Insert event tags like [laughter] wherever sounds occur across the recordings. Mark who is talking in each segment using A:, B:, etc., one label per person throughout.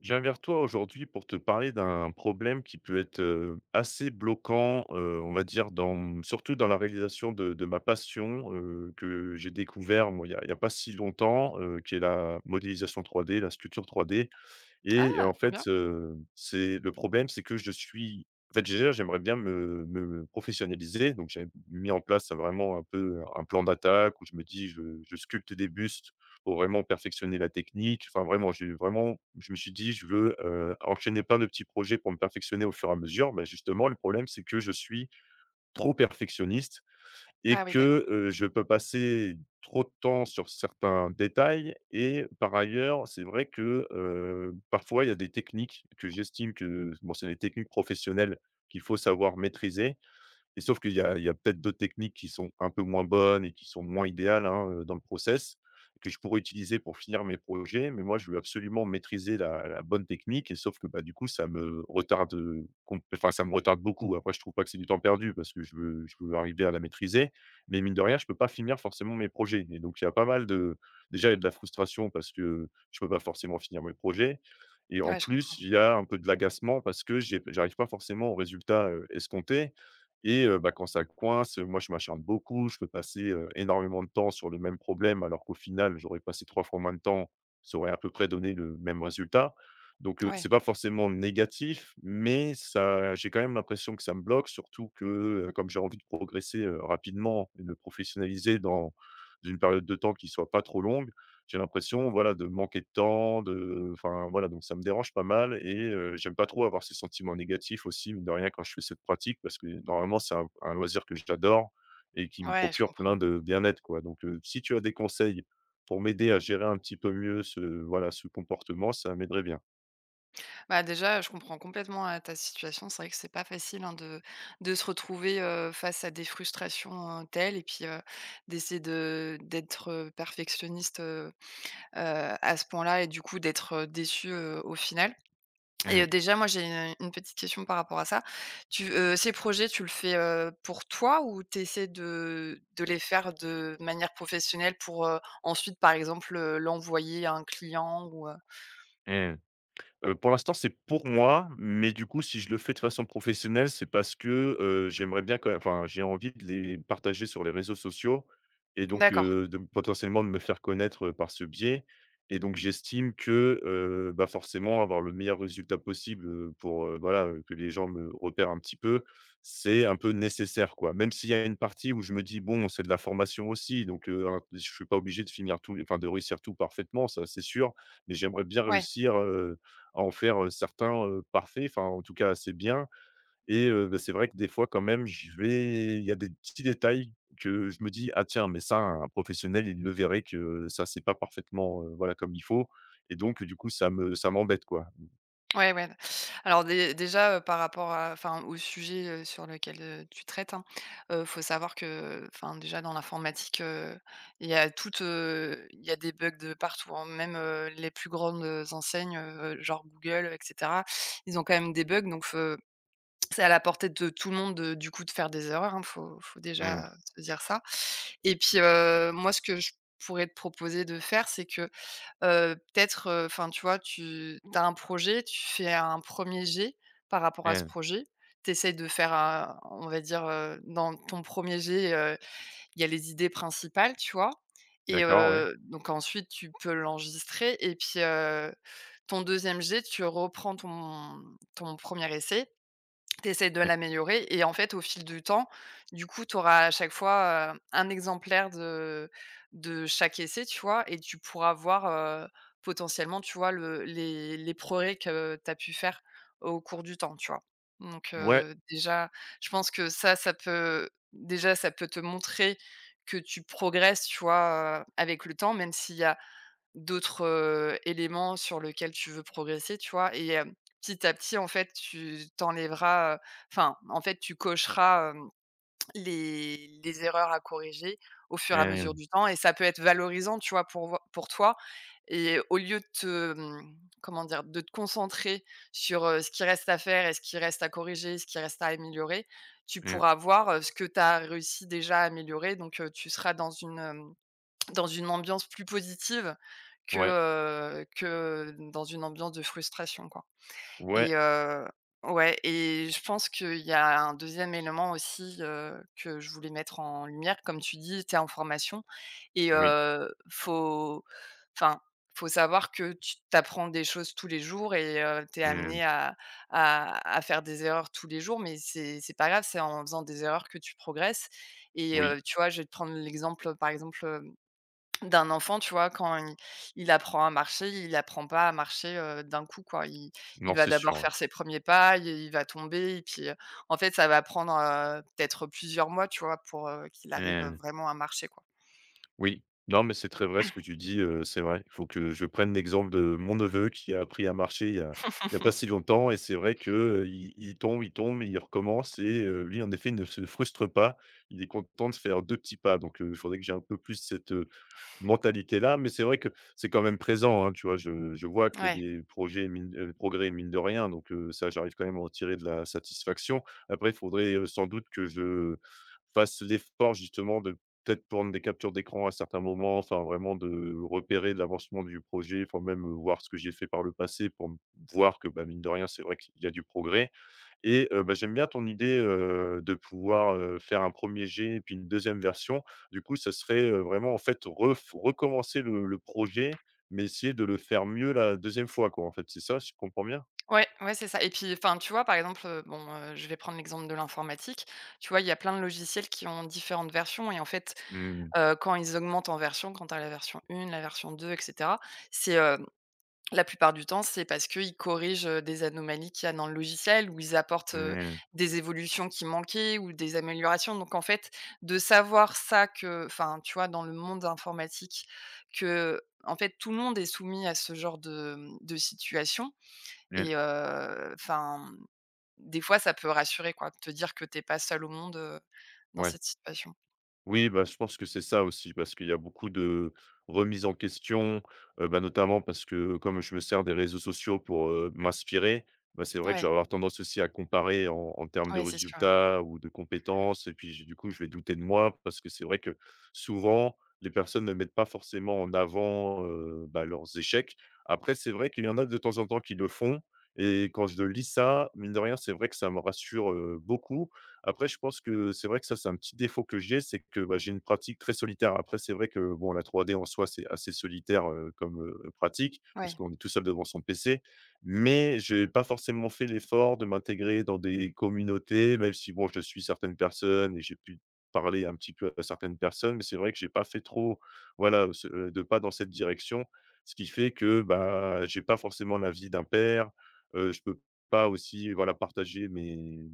A: Je viens vers toi aujourd'hui pour te parler d'un problème qui peut être assez bloquant, on va dire, surtout dans la réalisation de ma passion que j'ai découvert moi, il y a pas si longtemps, qui est la modélisation trois d la sculpture trois d et
B: Ah! Trop bien.
A: c'est le problème, c'est que je suis en fait, déjà, j'aimerais bien me professionnaliser, donc j'ai mis en place vraiment un peu un plan d'attaque où je me dis: «Je sculpte des bustes pour vraiment perfectionner la technique». Enfin, vraiment, j'ai vraiment je me suis dit: «Je veux, enchaîner plein de petits projets pour me perfectionner au fur et à mesure». Mais justement, le problème, c'est que je suis trop perfectionniste et
B: Ah oui, d'accord.
A: que, je peux passer trop de temps sur certains détails et par ailleurs, c'est vrai que, parfois, il y a des techniques que j'estime que bon, c'est des techniques professionnelles qu'il faut savoir maîtriser et sauf qu'il y a peut-être d'autres techniques qui sont un peu moins bonnes et qui sont moins idéales, hein, dans le process, que je pourrais utiliser pour finir mes projets. Mais moi, je veux absolument maîtriser la bonne technique et sauf que, bah, du coup, ça me retarde, ça me retarde beaucoup. Après, je trouve pas que c'est du temps perdu parce que je veux arriver à la maîtriser. Mais mine de rien, je peux pas finir forcément mes projets et donc il y a pas mal de déjà, il y a de la frustration parce que je peux pas forcément finir mes projets et en
B: Ouais, je
A: plus,
B: comprends.
A: il y a un peu de l'agacement parce que j'arrive pas forcément au résultat, escompté et bah, quand ça coince, moi je m'acharne beaucoup, je peux passer, énormément de temps sur le même problème alors qu'au final j'aurais passé 3 fois moins de temps, ça aurait à peu près donné le même résultat. Donc
B: Ouais,
A: c'est pas forcément négatif, mais ça j'ai quand même l'impression que ça me bloque, surtout que, comme j'ai envie de progresser, rapidement et de me professionnaliser dans une période de temps qui soit pas trop longue, j'ai l'impression, voilà, de manquer de temps, voilà, donc ça me dérange pas mal et j'aime pas trop avoir ces sentiments négatifs aussi, mine de rien, quand je fais cette pratique parce que normalement, c'est un loisir que j'adore et qui me
B: ouais, je
A: procure
B: comprends.
A: plein de bien-être, quoi. Donc si tu as des conseils pour m'aider à gérer un petit peu mieux ce comportement, ça m'aiderait bien.
B: Bah, déjà, je comprends complètement, ta situation. C'est vrai que c'est pas facile, hein, de se retrouver, face à des frustrations, telles et puis, d'essayer de d'être, perfectionniste, à ce point-là et du coup d'être, déçu, au final. Et
A: Mmh
B: déjà, moi, j'ai une petite question par rapport à ça. Tu Ces projets, tu le fais, pour toi ou tu essaies de les faire de manière professionnelle pour, ensuite, par exemple, l'envoyer à un client ou?
A: mh. Pour l'instant, c'est pour moi, mais du coup, si je le fais de façon professionnelle, c'est parce que, j'aimerais bien j'ai envie de les partager sur les réseaux sociaux et donc,
B: D'accord,
A: de potentiellement de me faire connaître, par ce biais et donc j'estime que, bah, forcément avoir le meilleur résultat possible, voilà, que les gens me repèrent un petit peu, c'est un peu nécessaire, quoi. Même s'il y a une partie où je me dis: «Bon, c'est de la formation aussi, donc, hein, je suis pas obligé de de réussir tout parfaitement», ça, c'est sûr, mais j'aimerais bien
B: ouais.
A: réussir, à en faire, certains, parfaits, enfin, en tout cas assez bien et bah, c'est vrai que des fois quand même, je vais il y a des petits détails que je me dis: «Ah tiens, mais ça, un professionnel, il le verrait que ça, c'est pas parfaitement, voilà, comme il faut» et donc du coup, ça m'embête, quoi.
B: Ouais, ouais. Alors dé déjà, par rapport à enfin, au sujet, sur lequel, tu traites, hein, faut savoir que, enfin, déjà dans l'informatique, il y a des bugs de partout, hein. Même, les plus grandes, enseignes, genre Google, et cetera, ils ont quand même des bugs donc c'est à la portée de tout le monde de du coup de faire des erreurs, hein, faut
A: Mmh,
B: déjà se dire ça et puis, moi ce que je pourrais te proposer de faire, c'est que, peut-être, enfin, tu vois, tu as un projet, tu fais un premier jet par rapport à ce
A: mmh.
B: projet. Tu essaies de faire un on va dire, dans ton premier jet, il y a les idées principales, tu vois? Et
A: D'accord, ouais.
B: donc ensuite tu peux l'enregistrer et puis, ton deuxième jet, tu reprends ton premier essai tu de l'améliorer et en fait, au fil du temps, du coup, tu auras à chaque fois, un exemplaire de chaque essai, tu vois? Et tu pourras voir, potentiellement, tu vois, le les progrès que tu as pu faire au cours du temps, tu vois? Donc
A: Mmh. Ouais.
B: déjà, je pense que ça, ça peut te montrer que tu progresses, tu vois, avec le temps, même s'il y a d'autres, éléments sur lequel tu veux progresser, tu vois? Petit à petit, en fait, enfin, en fait, tu cocheras, les erreurs à corriger au fur et à mesure
A: Mmh.
B: du temps et ça peut être valorisant, tu vois, pour toi et au lieu de te, comment dire? De te concentrer sur, ce qui reste à faire et ce qui reste à corriger, ce qui reste à améliorer, tu
A: Mmh.
B: pourras voir, ce que tu as réussi déjà à améliorer donc tu seras dans une, hem dans une ambiance plus positive que,
A: Ouais.
B: que dans une ambiance de frustration, quoi
A: Ouais.
B: et ouais et je pense qu'il y a un deuxième élément aussi, que je voulais mettre en lumière. Comme tu dis, tu es en formation et
A: Oui.
B: faut enfin, faut savoir que tu des choses tous les jours et tu es
A: Mmh.
B: amené à faire des erreurs tous les jours, mais c'est pas grave, c'est en faisant des erreurs que tu progresses et
A: Oui.
B: tu vois, je vais te prendre l'exemple, par exemple, d'un enfant, tu vois? Quand il apprend à marcher, il apprend pas à marcher, d'un coup, quoi. Il
A: Non,
B: va
A: c'est sûr,
B: d'abord
A: ouais.
B: faire ses premiers pas, il va tomber et puis, en fait, ça va prendre, peut-être plusieurs mois, tu vois? Pour, qu'il arrive,
A: Mmh.
B: vraiment à marcher, quoi.
A: Oui, non, mais c'est très vrai ce que tu dis, c'est vrai. Il faut que je prenne l'exemple de mon neveu qui a appris à marcher il y a pas si
B: [laughs]
A: longtemps et c'est vrai que, il tombe et il recommence et lui, en effet, il ne se frustre pas. Il est content de faire 2 petits pas donc il faudrait que j'ai un peu plus mentalité-là. Mais c'est vrai que c'est quand même présent, hein, tu vois? Je vois qu'il y
B: Ouais,
A: a des projets mine progrès mine de rien, donc ça, j'arrive quand même à en tirer de la satisfaction. Après, il faudrait, sans doute que je fasse l'effort justement de peut-être prendre des captures d'écran à certains moments, enfin vraiment de repérer l'avancement du projet, enfin même, voir ce que j'ai fait par le passé pour m voir que, bah, mine de rien, c'est vrai qu'il y a du progrès. Et bah, j'aime bien ton idée, de pouvoir, faire un premier er jet et puis une deuxième version. Du coup, ça serait, vraiment en fait ref recommencer le projet, mais essayer de le faire mieux la deuxième fois quoi, en fait, c'est ça, si je comprends bien?
B: ouais, ouais, c'est ça et puis, enfin, tu vois? Par exemple, bon, je vais prendre l'exemple de l'informatique. Tu vois? Il y a plein de logiciels qui ont différentes versions et en fait,
A: Mmh mh.
B: quand ils augmentent en version, quand tu as la version 1, la version 2, et cetera, c'est, la plupart du temps, c'est parce qu'ils corrigent, des anomalies qu'il y a dans le logiciel ou ils apportent,
A: Mmh.
B: des évolutions qui manquaient ou des améliorations. Donc en fait, de savoir ça que enfin, tu vois, dans le monde informatique, que en fait, tout le monde est soumis à ce genre de situation
A: Mmh.
B: et enfin, des fois, ça peut rassurer, quoi, de te dire que t'es pas seul au monde, dans
A: Ouais.
B: cette situation.
A: Oui, bah, je pense que c'est ça aussi, parce qu'il y a beaucoup de remises en question, bah, notamment parce que comme je me sers des réseaux sociaux pour, m'inspirer, bah, c'est vrai que je vais
B: Ouais,
A: avoir tendance aussi à comparer en termes de
B: ouais, c'est sûr, ouais.
A: résultats ou de compétences et puis, je vais douter de moi parce que c'est vrai que souvent, les personnes ne mettent pas forcément en avant, bah, leurs échecs. Après, c'est vrai qu'il y en a de temps en temps qui le font et quand je lis ça, mine de rien, c'est vrai que ça me rassure, beaucoup après, je pense que c'est vrai que ça, c'est un petit défaut que j'ai, c'est que, bah, j'ai une pratique très solitaire. Après, c'est vrai que, bon, la 3D en soi, c'est assez solitaire, pratique, parce
B: Ouais.
A: qu'on est tout seul devant son PC. Mais j'ai pas forcément fait l'effort de m'intégrer dans des communautés, même si, bon, je suis certaines personnes et j'ai pu parler un petit peu à certaines personnes, mais c'est vrai que j'ai pas fait trop, voilà, ce de pas dans cette direction. Ce qui fait que, bah, j'ai pas forcément la vie d'un père, je peux pas aussi, voilà, partager mes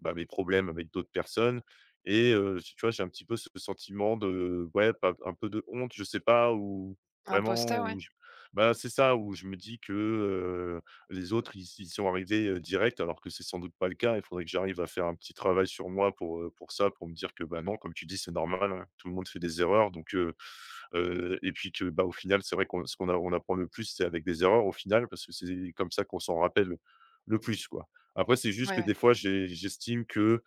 A: bah, mes problèmes avec d'autres personnes et tu vois, j'ai un petit peu ce sentiment de ouais, pas un peu de honte, je sais pas, ou vraiment
B: Imposteur,
A: où
B: ouais.
A: je bah, c'est ça, où je me dis que, les autres, ils sont arrivés, direct alors que c'est sans doute pas le cas. Il faudrait que j'arrive à faire un petit travail sur moi pour ça, pour me dire que, bah, non, comme tu dis, c'est normal, hein, tout le monde fait des erreurs donc et puis que, bah, au final, c'est vrai qu'on ce qu'on a on apprend le plus, c'est avec des erreurs au final parce que c'est comme ça qu'on s'en rappelle le plus, quoi. Après, c'est juste
B: Ouais,
A: que
B: ouais.
A: des fois, j'estime que,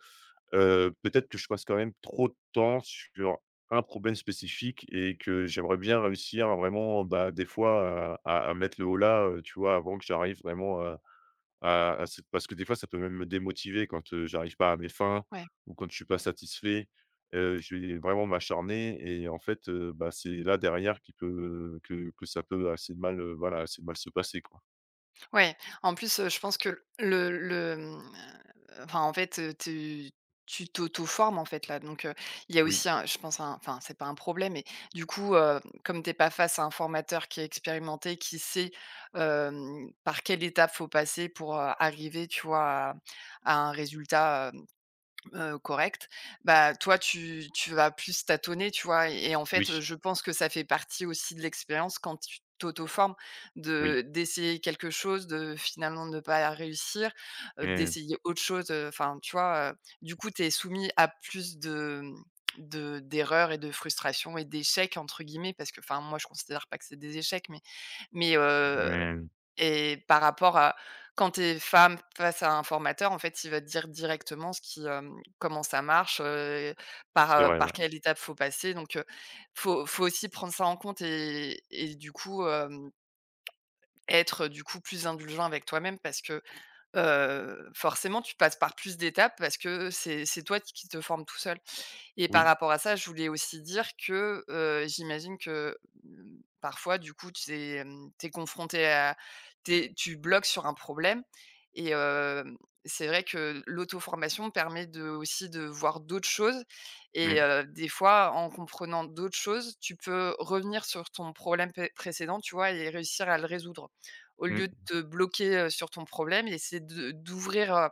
A: peut-être que je passe quand même trop de temps sur un problème spécifique et que j'aimerais bien réussir à vraiment, bah, des fois à mettre le holà, tu vois, avant que j'arrive vraiment à c'est parce que des fois, ça peut même me démotiver quand, j'arrive pas à mes fins
B: Ouais.
A: ou quand je suis pas satisfait. Je vais vraiment m'acharner et en fait, bah, c'est là derrière qui peut, que ça peut assez mal, voilà, assez mal se passer, quoi.
B: Ouais, en plus, je pense que enfin, en fait, tu t'auto-formes, en fait, là, donc il y a
A: Oui,
B: aussi un je pense un enfin, c'est pas un problème, mais du coup, comme t'es pas face à un formateur qui est expérimenté, qui sait, par quelle étape faut passer pour, arriver, tu vois, à à un résultat, correct. Bah, toi, tu vas plus tâtonner, tu vois? Et en fait,
A: oui,
B: je pense que ça fait partie aussi de l'expérience quand tu t'auto-formes,
A: oui.
B: de d'essayer quelque chose, de finalement ne pas réussir,
A: Mmh,
B: d'essayer autre chose, enfin, tu vois? Du coup, tu es soumis à plus de, mmh, de d'erreurs et de frustrations et «d'échecs» entre guillemets parce que, enfin, moi, je considère pas que c'est des échecs mais,
A: mmh.
B: et par rapport à quand tu es femme face à un formateur, en fait, il va te dire directement ce qui, comment ça marche, par,
A: C'est
B: heu,
A: vrai, ouais.
B: par quelle étape faut passer. Donc, faut aussi prendre ça en compte et du coup, être, du coup, plus indulgent avec toi-même parce que, forcément, tu passes par plus d'étapes parce que c'est toi qui te formes tout seul. Et par
A: Oui.
B: rapport à ça, je voulais aussi dire que, j'imagine que, mmh, parfois, du coup, tu es, hem, tu confronté à t'es, tu bloques sur un problème et c'est vrai que l'auto-formation permet de aussi de voir d'autres choses et
A: Mmh,
B: des fois, en comprenant d'autres choses, tu peux revenir sur ton problème pé précédent, tu vois? Et réussir à le résoudre. Au lieu de
A: mmh.
B: te bloquer, sur ton problème, essayer de d'ouvrir,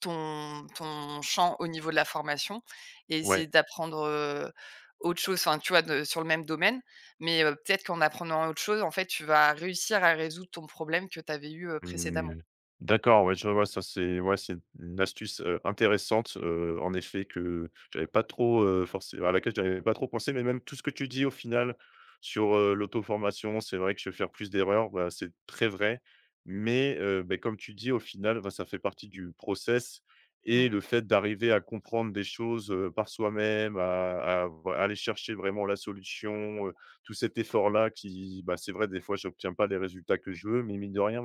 B: ton champ au niveau de la formation et essayer
A: Ouais.
B: d'apprendre, autre chose, enfin, tu vois, de sur le même domaine, mais peut-être qu'en apprenant autre chose, en fait, tu vas réussir à résoudre ton problème que tu avais eu,
A: Mmh,
B: précédemment.
A: d'accord, ouais, je vois, ça c'est ouais, c'est une astuce, intéressante, en effet que j'avais pas trop, forcé à laquelle j'avais pas trop pensé, mais même tout ce que tu dis au final sur, l'auto-formation, c'est vrai que je vais faire plus d'erreurs, bah, c'est très vrai. Mais, beh, comme tu dis au final, bah, ça fait partie du process et
B: Mmh.
A: le fait d'arriver à comprendre des choses, par soi-même, à v aller chercher vraiment la solution, tout cet effort-là qui, bah, c'est vrai des fois j'obtiens pas les résultats que je veux, mais mine de rien,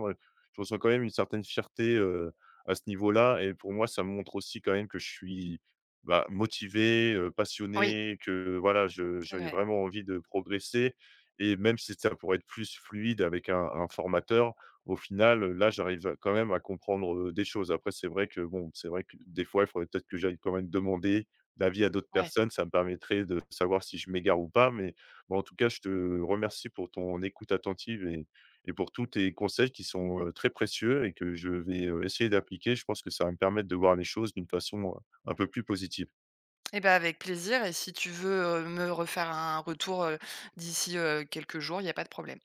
A: je ressens quand même une certaine fierté, à ce niveau-là et pour moi, ça me montre aussi quand même que je suis, bah, motivé,
B: Oui,
A: passionné, que voilà, je
B: c'est
A: j'ai
B: vrai,
A: vraiment envie de progresser et même si ça pourrait être plus fluide avec un formateur, au final, là, j'arrive à- quand même à comprendre, des choses. Après, c'est vrai que bon, c'est vrai que des fois, il faudrait peut-être que j'aille quand même demander l'avis à d'autres
B: ouais
A: personnes. Ça me permettrait de savoir si je m'égare ou pas, mais bon, en tout cas, je te remercie pour ton écoute attentive et pour tous tes conseils qui sont, très précieux et que je vais, essayer d'appliquer. Je pense que ça va me permettre de voir les choses d'une façon, un peu plus positive.
B: et ben avec plaisir et si tu veux, me refaire un retour, d'ici, quelques jours, il y a pas de problème.